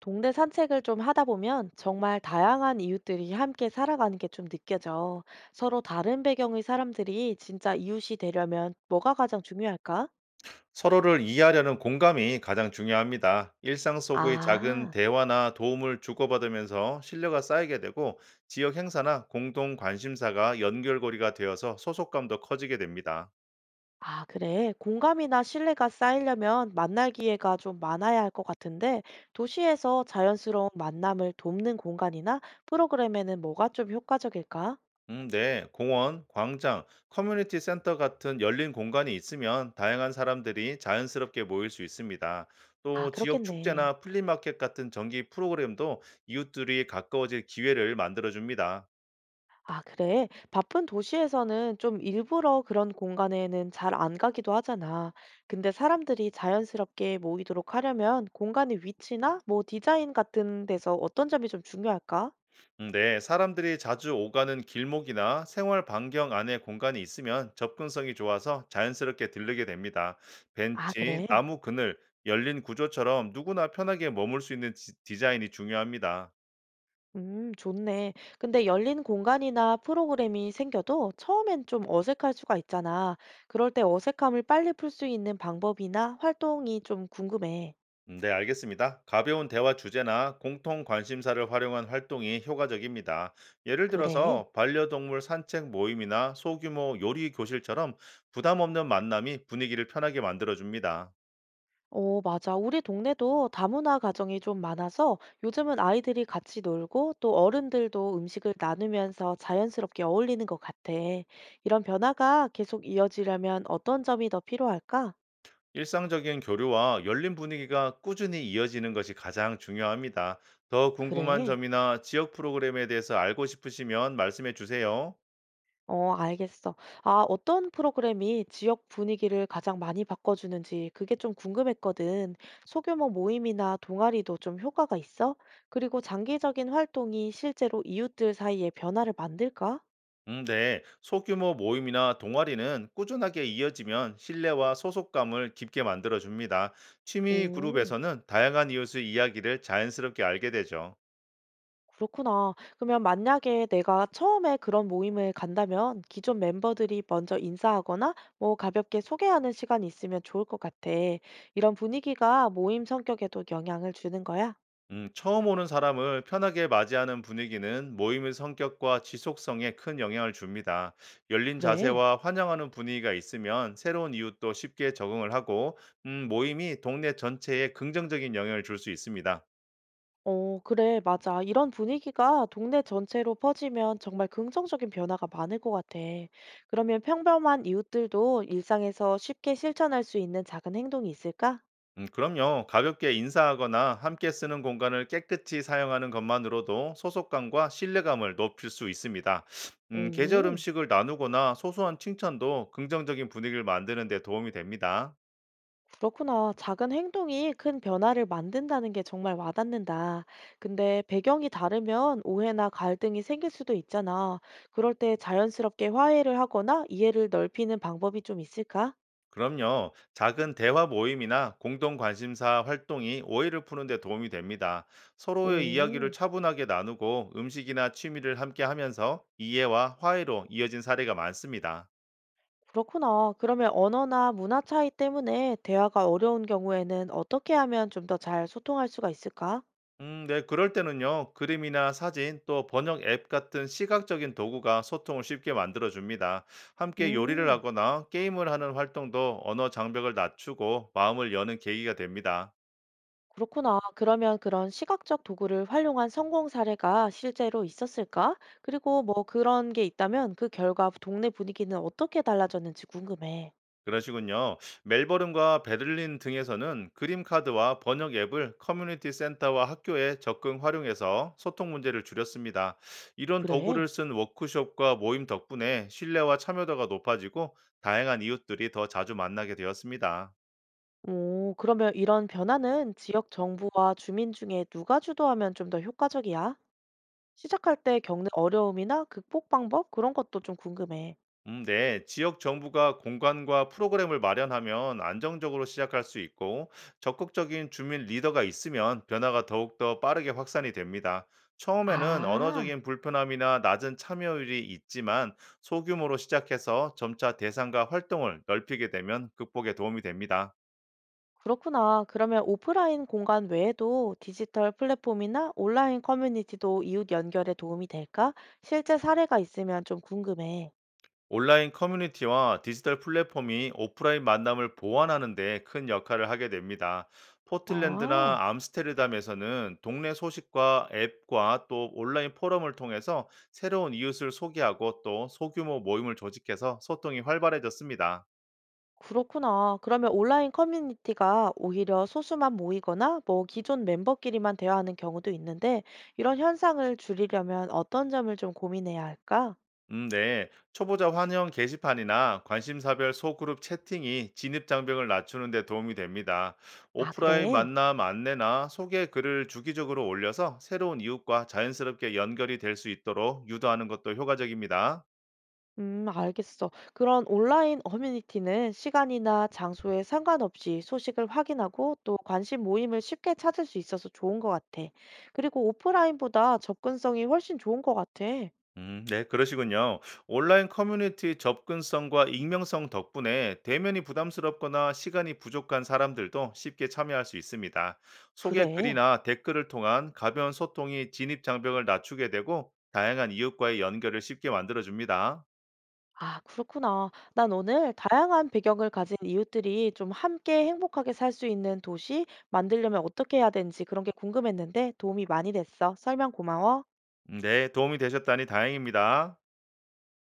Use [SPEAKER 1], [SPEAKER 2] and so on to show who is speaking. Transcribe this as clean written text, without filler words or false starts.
[SPEAKER 1] 동네 산책을 좀 하다 보면 정말 다양한 이웃들이 함께 살아가는 게 좀 느껴져. 서로 다른 배경의 사람들이 진짜 이웃이 되려면 뭐가 가장 중요할까?
[SPEAKER 2] 서로를 이해하려는 공감이 가장 중요합니다. 일상 속의 작은
[SPEAKER 1] 아,
[SPEAKER 2] 대화나 도움을 주고받으면서 신뢰가 쌓이게 되고 지역 행사나 공동 관심사가 연결고리가 되어서 소속감도 커지게 됩니다.
[SPEAKER 1] 아, 그래. 공감이나 신뢰가 쌓이려면 만날 기회가 좀 많아야 할 것 같은데, 도시에서 자연스러운 만남을 돕는 공간이나 프로그램에는 뭐가 좀 효과적일까?
[SPEAKER 2] 네. 공원, 광장, 커뮤니티 센터 같은 열린 공간이 있으면 다양한 사람들이 자연스럽게 모일 수 있습니다.
[SPEAKER 1] 아,
[SPEAKER 2] 또 지역
[SPEAKER 1] 그렇겠네.
[SPEAKER 2] 축제나 플리마켓 같은 정기 프로그램도 이웃들이 가까워질 기회를 만들어줍니다.
[SPEAKER 1] 아, 그래. 바쁜 도시에서는 좀 일부러 그런 공간에는 잘 안 가기도 하잖아. 근데 사람들이 자연스럽게 모이도록 하려면 공간의 위치나 뭐 디자인 같은 데서 어떤 점이 좀 중요할까?
[SPEAKER 2] 네, 사람들이 자주 오가는 길목이나 생활 반경 안에 공간이 있으면 접근성이 좋아서 자연스럽게 들르게 됩니다.
[SPEAKER 1] 아,
[SPEAKER 2] 벤치,
[SPEAKER 1] 그래.
[SPEAKER 2] 나무 그늘, 열린 구조처럼 누구나 편하게 머물 수 있는 디자인이 중요합니다.
[SPEAKER 1] 좋네. 근데 열린 공간이나 프로그램이 생겨도 처음엔 좀 어색할 수가 있잖아. 그럴 때 어색함을 빨리 풀 수 있는 방법이나 활동이 좀 궁금해.
[SPEAKER 2] 네, 알겠습니다. 가벼운 대화 주제나 공통 관심사를 활용한 활동이 효과적입니다. 예를
[SPEAKER 1] 그래.
[SPEAKER 2] 들어서 반려동물 산책 모임이나 소규모 요리 교실처럼 부담 없는 만남이 분위기를 편하게 만들어줍니다.
[SPEAKER 1] 어, 맞아. 우리 동네도 다문화 가정이 좀 많아서 요즘은 아이들이 같이 놀고 또 어른들도 음식을 나누면서 자연스럽게 어울리는 것 같아. 이런 변화가 계속 이어지려면 어떤 점이 더 필요할까?
[SPEAKER 2] 일상적인 교류와 열린 분위기가 꾸준히 이어지는 것이 가장 중요합니다. 더 궁금한
[SPEAKER 1] 그래.
[SPEAKER 2] 점이나 지역 프로그램에 대해서 알고 싶으시면 말씀해 주세요.
[SPEAKER 1] 어, 알겠어. 아, 어떤 프로그램이 지역 분위기를 가장 많이 바꿔주는지 그게 좀 궁금했거든. 소규모 모임이나 동아리도 좀 효과가 있어? 그리고 장기적인 활동이 실제로 이웃들 사이에 변화를 만들까?
[SPEAKER 2] 네. 소규모 모임이나 동아리는 꾸준하게 이어지면 신뢰와 소속감을 깊게 만들어 줍니다. 취미
[SPEAKER 1] 음.
[SPEAKER 2] 그룹에서는 다양한 이웃의 이야기를 자연스럽게 알게 되죠.
[SPEAKER 1] 그렇구나. 그러면 만약에 내가 처음에 그런 모임을 간다면 기존 멤버들이 먼저 인사하거나 뭐 가볍게 소개하는 시간이 있으면 좋을 것 같아. 이런 분위기가 모임 성격에도 영향을 주는 거야?
[SPEAKER 2] 처음 오는 사람을 편하게 맞이하는 분위기는 모임의 성격과 지속성에 큰 영향을 줍니다. 열린
[SPEAKER 1] 그래.
[SPEAKER 2] 자세와 환영하는 분위기가 있으면 새로운 이웃도 쉽게 적응을 하고, 모임이 동네 전체에 긍정적인 영향을 줄 수 있습니다.
[SPEAKER 1] 어, 그래, 맞아. 이런 분위기가 동네 전체로 퍼지면 정말 긍정적인 변화가 많을 것 같아. 그러면 평범한 이웃들도 일상에서 쉽게 실천할 수 있는 작은 행동이 있을까?
[SPEAKER 2] 그럼요. 가볍게 인사하거나 함께 쓰는 공간을 깨끗이 사용하는 것만으로도 소속감과 신뢰감을 높일 수 있습니다. 계절
[SPEAKER 1] 오.
[SPEAKER 2] 음식을 나누거나 소소한 칭찬도 긍정적인 분위기를 만드는 데 도움이 됩니다.
[SPEAKER 1] 그렇구나. 작은 행동이 큰 변화를 만든다는 게 정말 와닿는다. 근데 배경이 다르면 오해나 갈등이 생길 수도 있잖아. 그럴 때 자연스럽게 화해를 하거나 이해를 넓히는 방법이 좀 있을까?
[SPEAKER 2] 그럼요. 작은 대화 모임이나 공동 관심사 활동이 오해를 푸는 데 도움이 됩니다. 서로의 이야기를
[SPEAKER 1] 오,
[SPEAKER 2] 차분하게 나누고 음식이나 취미를 함께 하면서 이해와 화해로 이어진 사례가 많습니다.
[SPEAKER 1] 그렇구나. 그러면 언어나 문화 차이 때문에 대화가 어려운 경우에는 어떻게 하면 좀 더 잘 소통할 수가 있을까?
[SPEAKER 2] 네, 그럴 때는요. 그림이나 사진 또 번역 앱 같은 시각적인 도구가 소통을 쉽게 만들어줍니다. 함께 요리를
[SPEAKER 1] 음.
[SPEAKER 2] 하거나 게임을 하는 활동도 언어 장벽을 낮추고 마음을 여는 계기가 됩니다.
[SPEAKER 1] 그렇구나. 그러면 그런 시각적 도구를 활용한 성공 사례가 실제로 있었을까? 그리고 뭐 그런 게 있다면 그 결과 동네 분위기는 어떻게 달라졌는지 궁금해.
[SPEAKER 2] 그러시군요. 멜버른과 베를린 등에서는 그림 카드와 번역 앱을 커뮤니티 센터와 학교에 적극 활용해서 소통 문제를 줄였습니다. 이런
[SPEAKER 1] 그래.
[SPEAKER 2] 도구를 쓴 워크숍과 모임 덕분에 신뢰와 참여도가 높아지고 다양한 이웃들이 더 자주 만나게 되었습니다.
[SPEAKER 1] 오, 그러면 이런 변화는 지역 정부와 주민 중에 누가 주도하면 좀 더 효과적이야? 시작할 때 겪는 어려움이나 극복 방법? 그런 것도 좀 궁금해.
[SPEAKER 2] 네. 지역 정부가 공간과 프로그램을 마련하면 안정적으로 시작할 수 있고, 적극적인 주민 리더가 있으면 변화가 더욱더 빠르게 확산이 됩니다. 처음에는
[SPEAKER 1] 아.
[SPEAKER 2] 언어적인 불편함이나 낮은 참여율이 있지만, 소규모로 시작해서 점차 대상과 활동을 넓히게 되면 극복에 도움이 됩니다.
[SPEAKER 1] 그렇구나. 그러면 오프라인 공간 외에도 디지털 플랫폼이나 온라인 커뮤니티도 이웃 연결에 도움이 될까? 실제 사례가 있으면 좀 궁금해.
[SPEAKER 2] 온라인 커뮤니티와 디지털 플랫폼이 오프라인 만남을 보완하는 데 큰 역할을 하게 됩니다.
[SPEAKER 1] 아,
[SPEAKER 2] 포틀랜드나 암스테르담에서는 동네 소식과 앱과 또 온라인 포럼을 통해서 새로운 이웃을 소개하고 또 소규모 모임을 조직해서 소통이 활발해졌습니다.
[SPEAKER 1] 그렇구나. 그러면 온라인 커뮤니티가 오히려 소수만 모이거나 뭐 기존 멤버끼리만 대화하는 경우도 있는데 이런 현상을 줄이려면 어떤 점을 좀 고민해야 할까?
[SPEAKER 2] 네. 초보자 환영 게시판이나 관심사별 소그룹 채팅이 진입 장벽을 낮추는 데 도움이 됩니다.
[SPEAKER 1] 아,
[SPEAKER 2] 오프라인
[SPEAKER 1] 그래.
[SPEAKER 2] 만남 안내나 소개 글을 주기적으로 올려서 새로운 이웃과 자연스럽게 연결이 될 수 있도록 유도하는 것도 효과적입니다.
[SPEAKER 1] 알겠어. 그런 온라인 커뮤니티는 시간이나 장소에 상관없이 소식을 확인하고 또 관심 모임을 쉽게 찾을 수 있어서 좋은 것 같아. 그리고 오프라인보다 접근성이 훨씬 좋은 것 같아.
[SPEAKER 2] 네, 그러시군요. 온라인 커뮤니티 접근성과 익명성 덕분에 대면이 부담스럽거나 시간이 부족한 사람들도 쉽게 참여할 수 있습니다. 소개
[SPEAKER 1] 그래.
[SPEAKER 2] 글이나 댓글을 통한 가벼운 소통이 진입 장벽을 낮추게 되고 다양한 이웃과의 연결을 쉽게 만들어줍니다.
[SPEAKER 1] 아, 그렇구나. 난 오늘 다양한 배경을 가진 이웃들이 좀 함께 행복하게 살 수 있는 도시 만들려면 어떻게 해야 되는지 그런 게 궁금했는데 도움이 많이 됐어. 설명 고마워.
[SPEAKER 2] 네, 도움이 되셨다니 다행입니다.